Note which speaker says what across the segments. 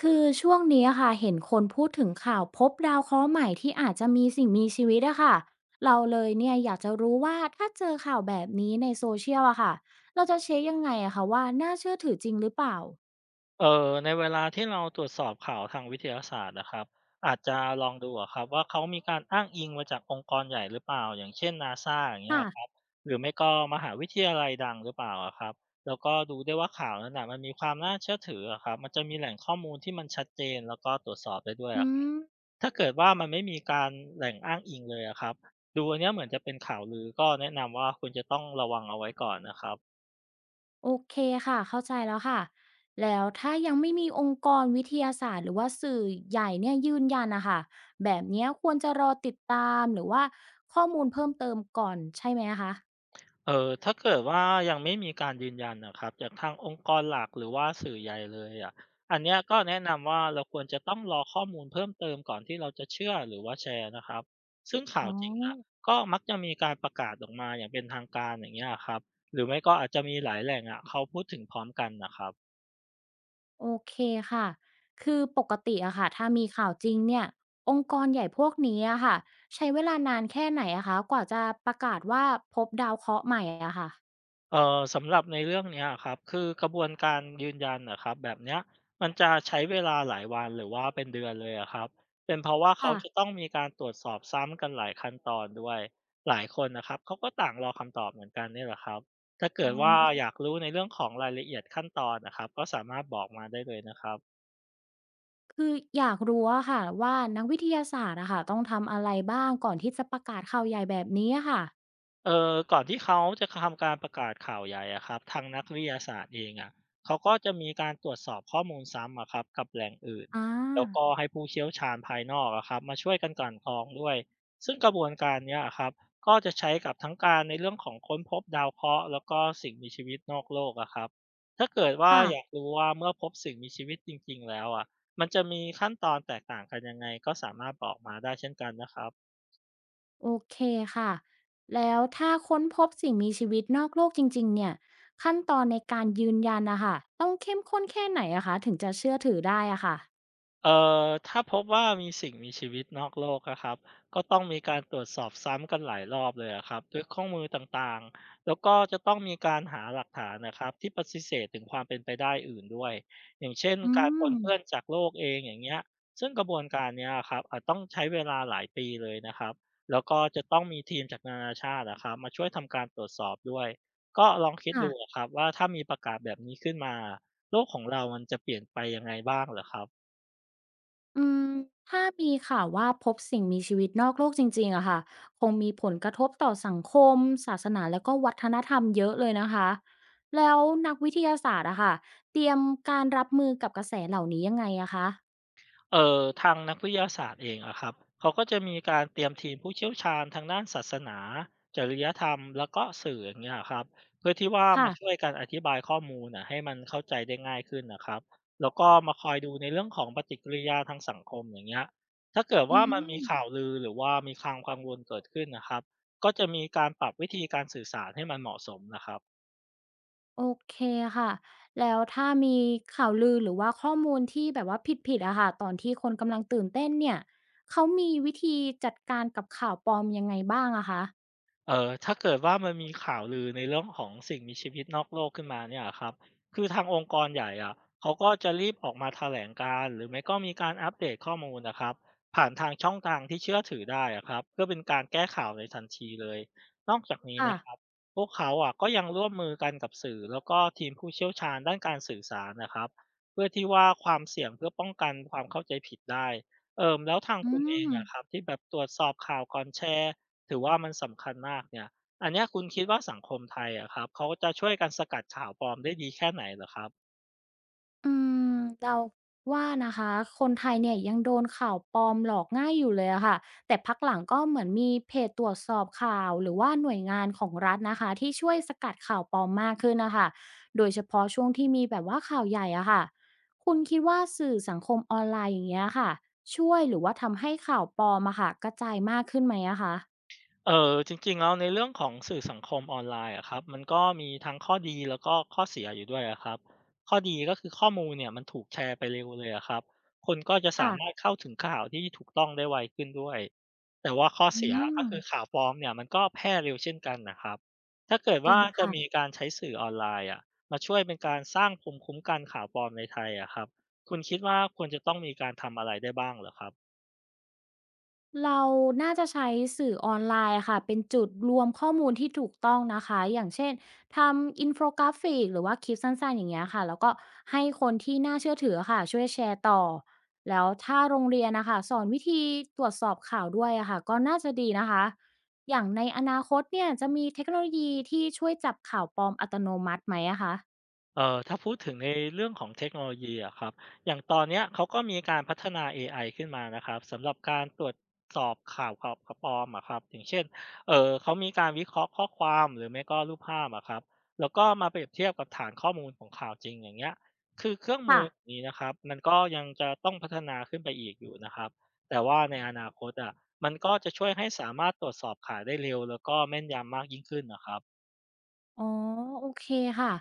Speaker 1: คือช่วงนี้อะค่ะเห็นคนพูดถึงข่าวพบดาวเคราะห์ใหม่ที่อาจจะมีสิ่งมีชีวิตอะค่ะเราเลยเนี่ยอยากจะรู้ว่าถ้าเจอข่าวแบบนี้ในโซเชียลอะค่ะเราจะเช็คยังไงอะค่ะว่าน่าเชื่อถือจริงหรือเปล่า
Speaker 2: ในเวลาที่เราตรวจสอบข่าวทางวิทยาศาสตร์นะครับอาจจะลองดูอะครับว่าเขามีการอ้างอิงมาจากองค์กรใหญ่หรือเปล่าอย่างเช่น NASA อย่างเงี้ยครับ
Speaker 1: ค่ะ
Speaker 2: หรือไม่ก็มหาวิทยาลัยดังหรือเปล่าอะครับแล้วก็ดูได้วยว่าข่าวนั้นนะมันมีความน่าเชื่อถืออะครับมันจะมีแหล่งข้อมูลที่มันชัดเจนแล้วก็ตรวจสอบได้ด้วย
Speaker 1: อื
Speaker 2: อะครับ
Speaker 1: ม
Speaker 2: ถ้าเกิดว่ามันไม่มีการแหล่งอ้างอิงเลยอะครับดูอันเนี้ยเหมือนจะเป็นข่าวลือก็แนะนำว่าคุณจะต้องระวังเอาไว้ก่อนนะครับ
Speaker 1: โอเคค่ะเข้าใจแล้วค่ะแล้วถ้ายังไม่มีองค์กรวิทยาศาสตร์หรือว่าสื่อใหญ่เนี่ยยืนยันอะค่ะแบบเนี้ยควรจะรอติดตามหรือว่าข้อมูลเพิ่มเติมก่อนใช่ไหมคะ
Speaker 2: ถ้าเกิดว่ายังไม่มีการยืนยันนะครับจากทางองค์กรหลักหรือว่าสื่อใหญ่เลยอะอันเนี้ยก็แนะนำว่าเราควรจะต้องรอข้อมูลเพิ่มเติมก่อนที่เราจะเชื่อหรือว่าแชร์นะครับซึ่งข่า
Speaker 1: อ๋อ
Speaker 2: วจริงอะก็มักจะมีการประกาศออกมาอย่างเป็นทางการอย่างเงี้ยครับหรือไม่ก็อาจจะมีหลายแหล่งอะเขาพูดถึงพร้อมกันนะครับ
Speaker 1: โอเคค่ะคือปกติอะค่ะถ้ามีข่าวจริงเนี่ย องค์กรใหญ่พวกนี้อะค่ะ ใช้เวลานานแค่ไหนอะคะกว่าจะประกาศว่าพบดาวเคราะห์ใหม่อะค่ะ
Speaker 2: สำหรับในเรื่องเนี้ยครับคือกระบวนการยืนยันนะครับแบบเนี้ยมันจะใช้เวลาหลายวันหรือว่าเป็นเดือนเลยอะครับเป็นเพราะว่าเขาจะ
Speaker 1: ค่ะ
Speaker 2: ต้องมีการตรวจสอบซ้ำกันหลายขั้นตอนด้วยหลายคนนะครับเขาก็ต่างรอคำตอบเหมือนกันนี่แหละครับถ้าเกิ
Speaker 1: อ๋อ
Speaker 2: ดอืว่ามอยากรู้ในเรื่องของรายละเอียดขั้นตอนนะครับก็สามารถบอกมาได้เลยนะครับ
Speaker 1: คืออยากรู้อะค่ะว่านักวิทยาศาสตร์อะค่ะต้องทำอะไรบ้างก่อนที่จะประกาศข่าวใหญ่แบบนี้อะค่ะ
Speaker 2: ก่อนที่เขาจะทำการประกาศข่าวใหญ่อะครับทางนักวิทยาศาสตร์เองอะเขาก็จะมีการตรวจสอบข้อมูลซ้ำอะครับกับแหล่งอื่น
Speaker 1: อ่
Speaker 2: แล้วก็
Speaker 1: า
Speaker 2: ให้ผู้เชี่ยวชาญภายนอกอะครับมาช่วยกันกลั่นกรองด้วยซึ่งกระบวนการเนี้ยอะครับก็จะใช้กับทั้งการในเรื่องของค้นพบดาวเคราะห์แล้วก็สิ่งมีชีวิตนอกโลกอะครับถ้าเกิดว่าอยาก
Speaker 1: ค่ะ
Speaker 2: รู้ว่าเมื่อพบสิ่งมีชีวิตจริงๆแล้วอะมันจะมีขั้นตอนแตกต่างกันยังไงก็สามารถบอกมาได้เช่นกันนะครับ
Speaker 1: โอเคค่ะแล้วถ้าค้นพบสิ่งมีชีวิตนอกโลกจริงๆเนี่ย ขั้นตอนในการยืนยันนะคะต้องเข้มข้นแค่ไหนอะคะถึงจะเชื่อถือได้อะค่ะ
Speaker 2: เอ่ถ้าพบว่ามีสิ่งมีชีวิตนอกโลกอะครับก็ต้องมีการตรวจสอบซ้ำกันหลายรอบเลยอะครับด้วยข้อมูลต่างๆแล้วก็จะต้องมีการหาหลักฐานนะครับที่ปฏิเสธถึงความเป็นไปได้อื่นด้วยอย่างเช่น
Speaker 1: อื
Speaker 2: การป
Speaker 1: ม
Speaker 2: นเปื้อนจากโลกเองอย่างเงี้ยซึ่งกระบวนการเนี้ยะครับอาจต้องใช้เวลาหลายปีเลยนะครับแล้วก็จะต้องมีทีมจากนานาชาตินะครับมาช่วยทำการตรวจสอบด้วยก็ลองคิดดู
Speaker 1: ค่ะ
Speaker 2: อะครับว่าถ้ามีประกาศแบบนี้ขึ้นมาโลกของเรามันจะเปลี่ยนไปยังไงบ้างเหรอครับ
Speaker 1: อืมถ้ามีข่าวว่าพบสิ่งมีชีวิตนอกโลกจริงๆอะค่ะคงมีผลกระทบต่อสังคมศาสนาแล้วก็วัฒนธรรมเยอะเลยนะคะแล้วนักวิทยาศาสตร์อะค่ะเตรียมการรับมือกับกระแสเหล่านี้ยังไงอะคะ
Speaker 2: ทางนักวิทยาศาสตร์เองอะครับเขาก็จะมีการเตรียมทีมผู้เชี่ยวชาญทางด้านศาสนาจริยธรรมแล้วก็สื่ออย่างเงี้ยครับเพื่อที่ว่ามาช่
Speaker 1: ค่ะ
Speaker 2: วยกันอธิบายข้อมูลนะให้มันเข้าใจได้ง่ายขึ้นนะครับแล้วก็มาคอยดูในเรื่องของปฏิกิริยาทางสังคมอย่างเงี้ยถ้าเกิด
Speaker 1: อื
Speaker 2: ว่ามั
Speaker 1: ม
Speaker 2: นมีข่าวลือหรือว่ามีความกังวลเกิดขึ้นนะครับก็จะมีการปรับวิธีการสื่อสารให้มันเหมาะสมนะครับ
Speaker 1: โอเคค่ะแล้วถ้ามีข่าวลือหรือว่าข้อมูลที่แบบว่าผิดๆอะค่ะตอนที่คนกำลังตื่นเต้นเนี่ยเขามีวิธีจัดการกับข่าวปลอมยังไงบ้างอะคะ
Speaker 2: ถ้าเกิดว่ามันมีข่าวลือในเรื่องของสิ่งมีชีวิตนอกโลกขึ้นมาเนี่ยครับคือทางองค์กรใหญ่อะเขาก็จะรีบออกมาแถลงการณ์หรือไม่ก็มีการอัปเดตข้อมูลนะครับผ่านทางช่องทางที่เชื่อถือได้อะครับเพื่อเป็นการแก้ข่าวในทันทีเลยนอกจากนี้
Speaker 1: ค่ะ
Speaker 2: นะครับพวกเขาอะก็ยังร่วมมือกันกับสื่อแล้วก็ทีมผู้เชี่ยวชาญด้านการสื่อสารนะครับเพื่อที่ว่าความเสี่ยงเพื่อป้องกันความเข้าใจผิดได้แล้วทาง
Speaker 1: อื
Speaker 2: คุณเอง
Speaker 1: ม
Speaker 2: อะครับที่แบบตรวจสอบข่าวก่อนแชร์ ถือว่ามันสำคัญมากเนี่ยอันเนี้ยคุณคิดว่าสังคมไทยอะครับเขาจะช่วยกันสกัดข่าวปลอมได้ดีแค่ไหนเหรอครับ
Speaker 1: อืมเราว่านะคะคนไทยเนี่ยยังโดนข่าวปลอมหลอกง่ายอยู่เลยอะค่ะแต่พักหลังก็เหมือนมีเพจตรวจสอบข่าวหรือว่าหน่วยงานของรัฐนะคะที่ช่วยสกัดข่าวปลอมมากขึ้นนะคะโดยเฉพาะช่วงที่มีแบบว่าข่าวใหญ่อะค่ะคุณคิดว่าสื่อสังคมออนไลน์อย่างเงี้ยค่ะช่วยหรือว่าทำให้ข่าวปลอมอะค่ะกระจายมากขึ้นไหมอะคะ
Speaker 2: จริงๆแล้วในเรื่องของสื่อสังคมออนไลน์อะครับมันก็มีทั้งข้อดีแล้วก็ข้อเสียอยู่ด้วยอะครับข้อดีก็คือข้อมูลเนี่ยมันถูกแชร์ไปเร็วเลยอะครับคนก็จะสา
Speaker 1: ค่ะ
Speaker 2: มารถเข้าถึงข่าวที่ถูกต้องได้ไวขึ้นด้วยแต่ว่าข้อ
Speaker 1: อื
Speaker 2: เสียก็
Speaker 1: ม
Speaker 2: คือข่าวปลอมเนี่ยมันก็แพร่เร็วเช่นกันนะครับถ้าเกิด
Speaker 1: จริ
Speaker 2: ว่า
Speaker 1: ง
Speaker 2: จะมี
Speaker 1: ค่ะ
Speaker 2: การใช้สื่อออนไลน์อะมาช่วยเป็นการสร้างภูมิคุ้มกันข่าวปลอมในไทยอะครับคุณคิดว่าควรจะต้องมีการทำอะไรได้บ้างเหรอครับ
Speaker 1: เราน่าจะใช้สื่อออนไลน์ค่ะ เป็นจุดรวมข้อมูลที่ถูกต้องนะคะ อย่างเช่น ทำอินโฟกราฟิกหรือว่าคลิปสั้นๆอย่างเงี้ยค่ะ แล้วก็ให้คนที่น่าเชื่อถือค่ะ ช่วยแชร์ต่อ แล้วถ้าโรงเรียนนะคะ สอนวิธีตรวจสอบข่าวด้วยอะค่ะ ก็น่าจะดีนะคะ อย่างในอนาคตเนี่ย จะมีเทคโนโลยีที่ช่วยจับข่าวปลอมอัตโนมัติไหมอะคะ
Speaker 2: ถ้าพูดถึงในเรื่องของเทคโนโลยีอะครับอย่างตอนเนี้ยเขาก็มีการพัฒนาเอไอขึ้นมานะครับสำหรับการตรวจสอบข่าวปลอมอะครับอย่างเช่นเขามีการวิเคราะห์ข้อความหรือไม่ก็รูปภาพอะครับแล้วก็มาเปรียบเทียบกับฐานข้อมูลของข่าวจริงอย่างเงี้ยคือเครื่องมื
Speaker 1: ค่ะ
Speaker 2: อนี้นะครับมันก็ยังจะต้องพัฒนาขึ้นไปอีกอยู่นะครับแต่ว่าในอนาคตอะมันก็จะช่วยให้สามารถตรวจสอบข่าวได้เร็วแล้วก็แม่นยำมากยิ่งขึ้นนะครับ
Speaker 1: อ๋อโอเคค่ะ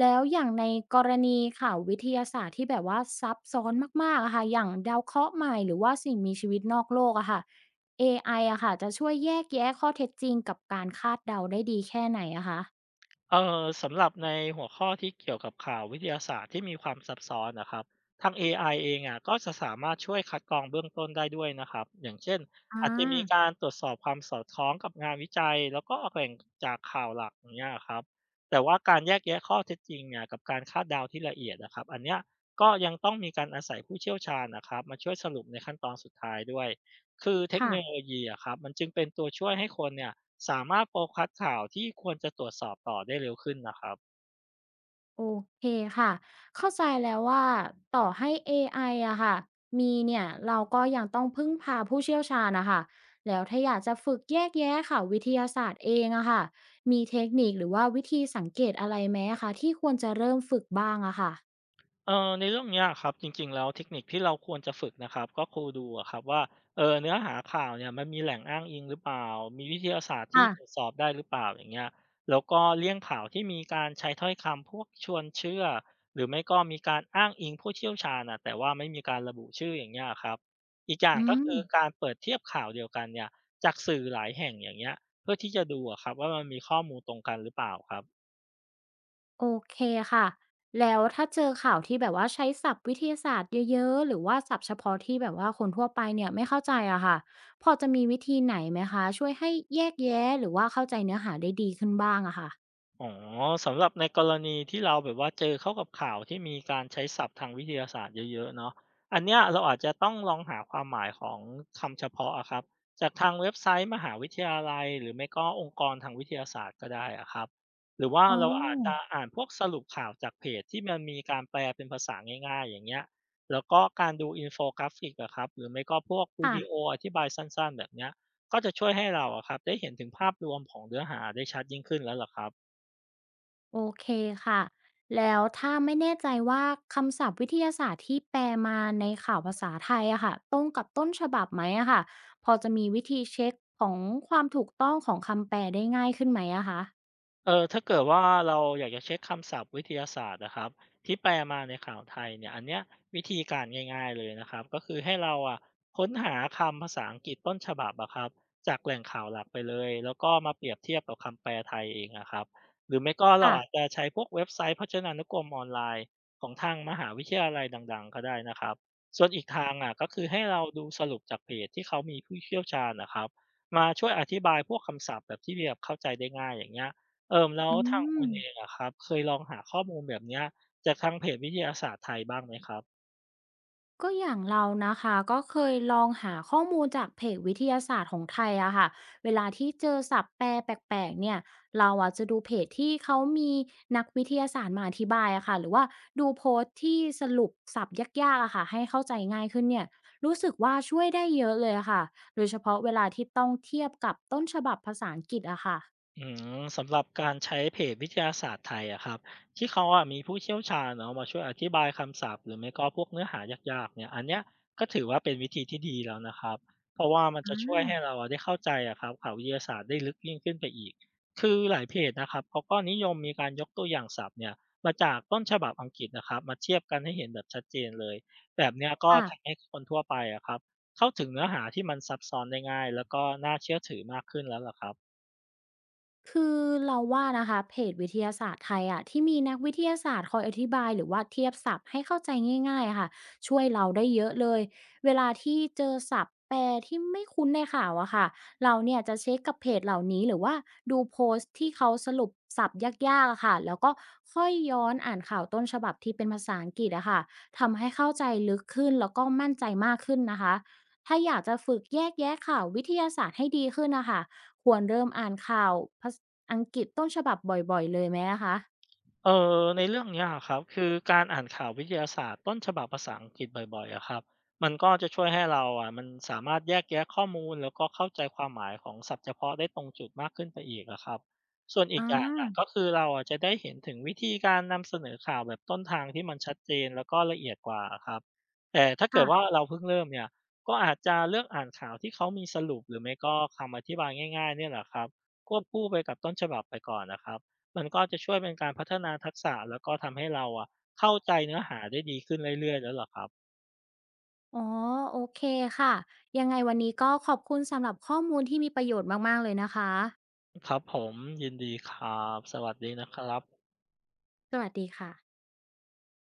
Speaker 1: แล้วอย่างในกรณีข่าววิทยาศาสตร์ที่แบบว่าซับซ้อนมากๆอะค่ะอย่างดาวเคราะห์ใหม่หรือว่าสิ่งมีชีวิตนอกโลกอะค่ะเอไออะค่ะจะช่วยแยกแยะข้อเท็จจริงกับการคาดเดาได้ดีแค่ไหนอะคะ
Speaker 2: สำหรับในหัวข้อที่เกี่ยวกับข่าววิทยาศาสตร์ที่มีความซับซ้อนนะครับทาง AI เองอะก็จะสามารถช่วยคัดกรองเบื้องต้นได้ด้วยนะครับอย่างเช่น
Speaker 1: อา
Speaker 2: อาจจะมีการตรวจสอบความสอดคล้องกับงานวิจัยแล้วก็แหล่งจากข่าวหลักอย่างเงี้ยครับแต่ว่าการแยกแยะข้อเท็จจริงเนี่ยกับการคาดเดาที่ละเอียดนะครับอันเนี้ยก็ยังต้องมีการอาศัยผู้เชี่ยวชาญนะครับมาช่วยสรุปในขั้นตอนสุดท้ายด้วย คือเทค
Speaker 1: ค่ะ
Speaker 2: โนโลยีอะครับมันจึงเป็นตัวช่วยให้คนเนี่ยสามารถโฟกัสข่าวที่ควรจะตรวจสอบต่อได้เร็วขึ้นนะครับ
Speaker 1: โอเคค่ะเข้าใจแล้วว่าต่อให้เอไออะค่ะมีเนี่ยเราก็ยังต้องพึ่งพาผู้เชี่ยวชาญนะคะแล้วถ้าอยากจะฝึกแยกแยะค่ะวิทยาศาสตร์เองอะค่ะมีเทคนิคหรือว่าวิธีสังเกตอะไรไหมอะคะที่ควรจะเริ่มฝึกบ้างอะค่ะ
Speaker 2: ในเรื่องเนี้ยครับจริงๆแล้วเทคนิคที่เราควรจะฝึกนะครับก็คือดูอะครับว่าเนื้อหาข่าวเนี่ยมันมีแหล่งอ้างอิงหรือเปล่ามีวิทยาศาสตร์ที่
Speaker 1: ค่ะ
Speaker 2: ตรวจสอบได้หรือเปล่าอย่างเงี้ยแล้วก็เลี่ยงข่าวที่มีการใช้ถ้อยคำพวกชวนเชื่อหรือไม่ก็มีการอ้างอิงผู้เชี่ยวชาญนะแต่ว่าไม่มีการระบุชื่ออย่างเงี้ยครับอีกอย่าง
Speaker 1: อื
Speaker 2: ก็
Speaker 1: ม
Speaker 2: คือการเปิดเทียบข่าวเดียวกันเนี่ยจากสื่อหลายแห่งอย่างเงี้ยเพื่อที่จะดูอะครับว่ามันมีข้อมูลตรงกันหรือเปล่าครับ
Speaker 1: โอเคค่ะ แล้วถ้าเจอข่าวที่แบบว่าใช้ศัพท์วิทยาศาสตร์เยอะๆ หรือว่าศัพท์เฉพาะที่แบบว่าคนทั่วไปเนี่ยไม่เข้าใจอะค่ะ พอจะมีวิธีไหนไหมคะช่วยให้แยกแยะหรือว่าเข้าใจเนื้อหาได้ดีขึ้นบ้างอะค่ะ
Speaker 2: อ๋อสำหรับในกรณีที่เราแบบว่าเจอเข้ากับข่าวที่มีการใช้ศัพท์ทางวิทยาศาสตร์เยอะๆเนาะอันเนี้ยเราอาจจะต้องลองหาความหมายของคำเฉพาะอะครับจากทางเว็บไซต์มหาวิทยาลัยหรือไม่ก็องค์กรทางวิทยาศาสตร์ก็ได้อะครับหรือว่า
Speaker 1: อ๋อ
Speaker 2: เราอาจจะอ่านพวกสรุปข่าวจากเพจที่มันมีการแปลเป็นภาษาง่ายๆอย่างเงี้ยแล้วก็การดูอินโฟกราฟิกอะครับหรือไม่ก็พวกวิ
Speaker 1: ค่ะ
Speaker 2: ดีโออธิบายสั้นๆแบบเนี้ยก็จะช่วยให้เราอะครับได้เห็นถึงภาพรวมของเนื้อหาได้ชัดยิ่งขึ้นแล้วล่ะครับ
Speaker 1: โอเคค่ะแล้วถ้าไม่แน่ใจว่าคำศัพท์วิทยาศาสตร์ที่แปลมาในข่าวภาษาไทยอะค่ะตรงกับต้นฉบับไหมอะค่ะพอจะมีวิธีเช็คของความถูกต้องของคำแปลได้ง่ายขึ้นไหมอะคะ
Speaker 2: ถ้าเกิดว่าเราอยากจะเช็คคำศัพท์วิทยาศาสตร์นะครับที่แปลมาในข่าวไทยเนี่ยอันเนี้ยวิธีการง่ายๆเลยนะครับก็คือให้เราอะค้นหาคำภาษาอังกฤษต้นฉบับอะครับจากแหล่งข่าวหลักไปเลยแล้วก็มาเปรียบเทียบกับคำแปลไทยเองนะครับหรือไม่ก็เรา
Speaker 1: ค่ะ
Speaker 2: อาจจะใช้พวกเว็บไซต์พจนานุกรมออนไลน์ของทางมหาวิทยาลัยดังๆก็ได้นะครับส่วนอีกทางอะก็คือให้เราดูสรุปจากเพจที่เขามีผู้เชี่ยวชาญนะครับมาช่วยอธิบายพวกคำศัพท์แบบที่เรียบเข้าใจได้ง่ายอย่างเงี้ย เอ่มแล้ว
Speaker 1: อื
Speaker 2: ทางคุ
Speaker 1: ม
Speaker 2: ณเองอะครับเคยลองหาข้อมูลแบบเนี้ยจากทางเพจวิทยาศาสตร์ไทยบ้างไหมครับ
Speaker 1: ก็อย่างเรานะคะก็เคยลองหาข้อมูลจากเพจวิทยาศาสตร์ของไทยอะค่ะเวลาที่เจอศัพท์แปลแปลกๆเนี่ยเราอะจะดูเพจที่เขามีนักวิทยาศาสตร์มาอธิบายอะค่ะหรือว่าดูโพสต์ที่สรุปศัพท์ยากๆอะค่ะให้เข้าใจง่ายขึ้นเนี่ยรู้สึกว่าช่วยได้เยอะเลยอะค่ะโดยเฉพาะเวลาที่ต้องเทียบกับต้นฉบับภาษาอังกฤษอะค่ะ
Speaker 2: อืมสำหรับการใช้เพจวิทยาศาสตร์ไทยอะครับที่เขาอะมีผู้เชี่ยวชาญเนาะมาช่วยอธิบายคำศัพท์หรือไม่ก็พวกเนื้อหายากๆเนี่ยอันเนี้ยก็ถือว่าเป็นวิธีที่ดีแล้วนะครับเพราะว่ามันจะช่วยให้เราอะได้เข้าใจอะครับข่าววิทยาศาสตร์ได้ลึกยิ่งขึ้นไปอีกคือหลายเพจนะครับเขาก็นิยมมีการยกตัวอย่างศัพท์เนี่ยมาจากต้นฉบับอังกฤษนะครับมาเทียบกันให้เห็นแบบชัดเจนเลยแบบเนี้ยก็
Speaker 1: ค่ะ
Speaker 2: ทำให้คนทั่วไปอะครับเข้าถึงเนื้อหาที่มันซับซ้อนได้ง่ายแล้วก็น่าเชื่อถือมากขึ้นแล้วล่ะครับ
Speaker 1: คือเราว่านะคะเพจวิทยาศาสตร์ไทยอะที่มีนักวิทยาศาสตร์คอยอธิบายหรือว่าเทียบศัพท์ให้เข้าใจง่ายๆอะค่ะช่วยเราได้เยอะเลยเวลาที่เจอศัพท์แปลที่ไม่คุ้นในข่าวอะค่ะเราเนี่ยจะเช็คกับเพจเหล่านี้หรือว่าดูโพสต์ที่เขาสรุปศัพท์ยากๆอะค่ะแล้วก็ค่อยย้อนอ่านข่าวต้นฉบับที่เป็นภาษาอังกฤษอะค่ะทำให้เข้าใจลึกขึ้นแล้วก็มั่นใจมากขึ้นนะคะถ้าอยากจะฝึกแยกแยะข่าววิทยาศาสตร์ให้ดีขึ้นนะคะ ควรเริ่มอ่านข่าวภาษาอังกฤษต้นฉบับบ่อยๆเลยไหมอะคะ
Speaker 2: เอในเรื่องเนี้ยครับคือการอ่านข่าววิทยาศาสตร์ต้นฉบับภาษาอังกฤษบ่อยๆอะครับมันก็จะช่วยให้เราอะมันสามารถแยกแยะข้อมูลแล้วก็เข้าใจความหมายของศัพท์เฉพาะได้ตรงจุดมากขึ้นไปอีกอะครับส่วนอี
Speaker 1: อา
Speaker 2: กอย่างอะก็คือเราอะจะได้เห็นถึงวิธีการนำเสนอข่าวแบบต้นทางที่มันชัดเจนแล้วก็ละเอียดกว่าครับแต่ถ้าเกิ
Speaker 1: ค่ะ
Speaker 2: ดว่าเราเพิ่งเริ่มเนี่ยก็อาจจะเลือกอ่านข่าวที่เขามีสรุปหรือไม่ก็คำอธิบายง่ายๆเนี่ยแหละครับควบคู่ไปกับต้นฉบับไปก่อนนะครับ มันก็จะช่วยเป็นการพัฒนาทักษะแล้วก็ทำให้เราอะเข้าใจเนื้อหาได้ดีขึ้นเรื่อยๆแล้วเหรอครับ
Speaker 1: อ๋อ โอเคค่ะ ยังไงวันนี้ก็ขอบคุณสำหรับข้อมูลที่มีประโยชน์มากๆเลยนะคะ
Speaker 2: ครับผมยินดีครับสวัสดีนะครับ
Speaker 1: สวัสดีค่ะ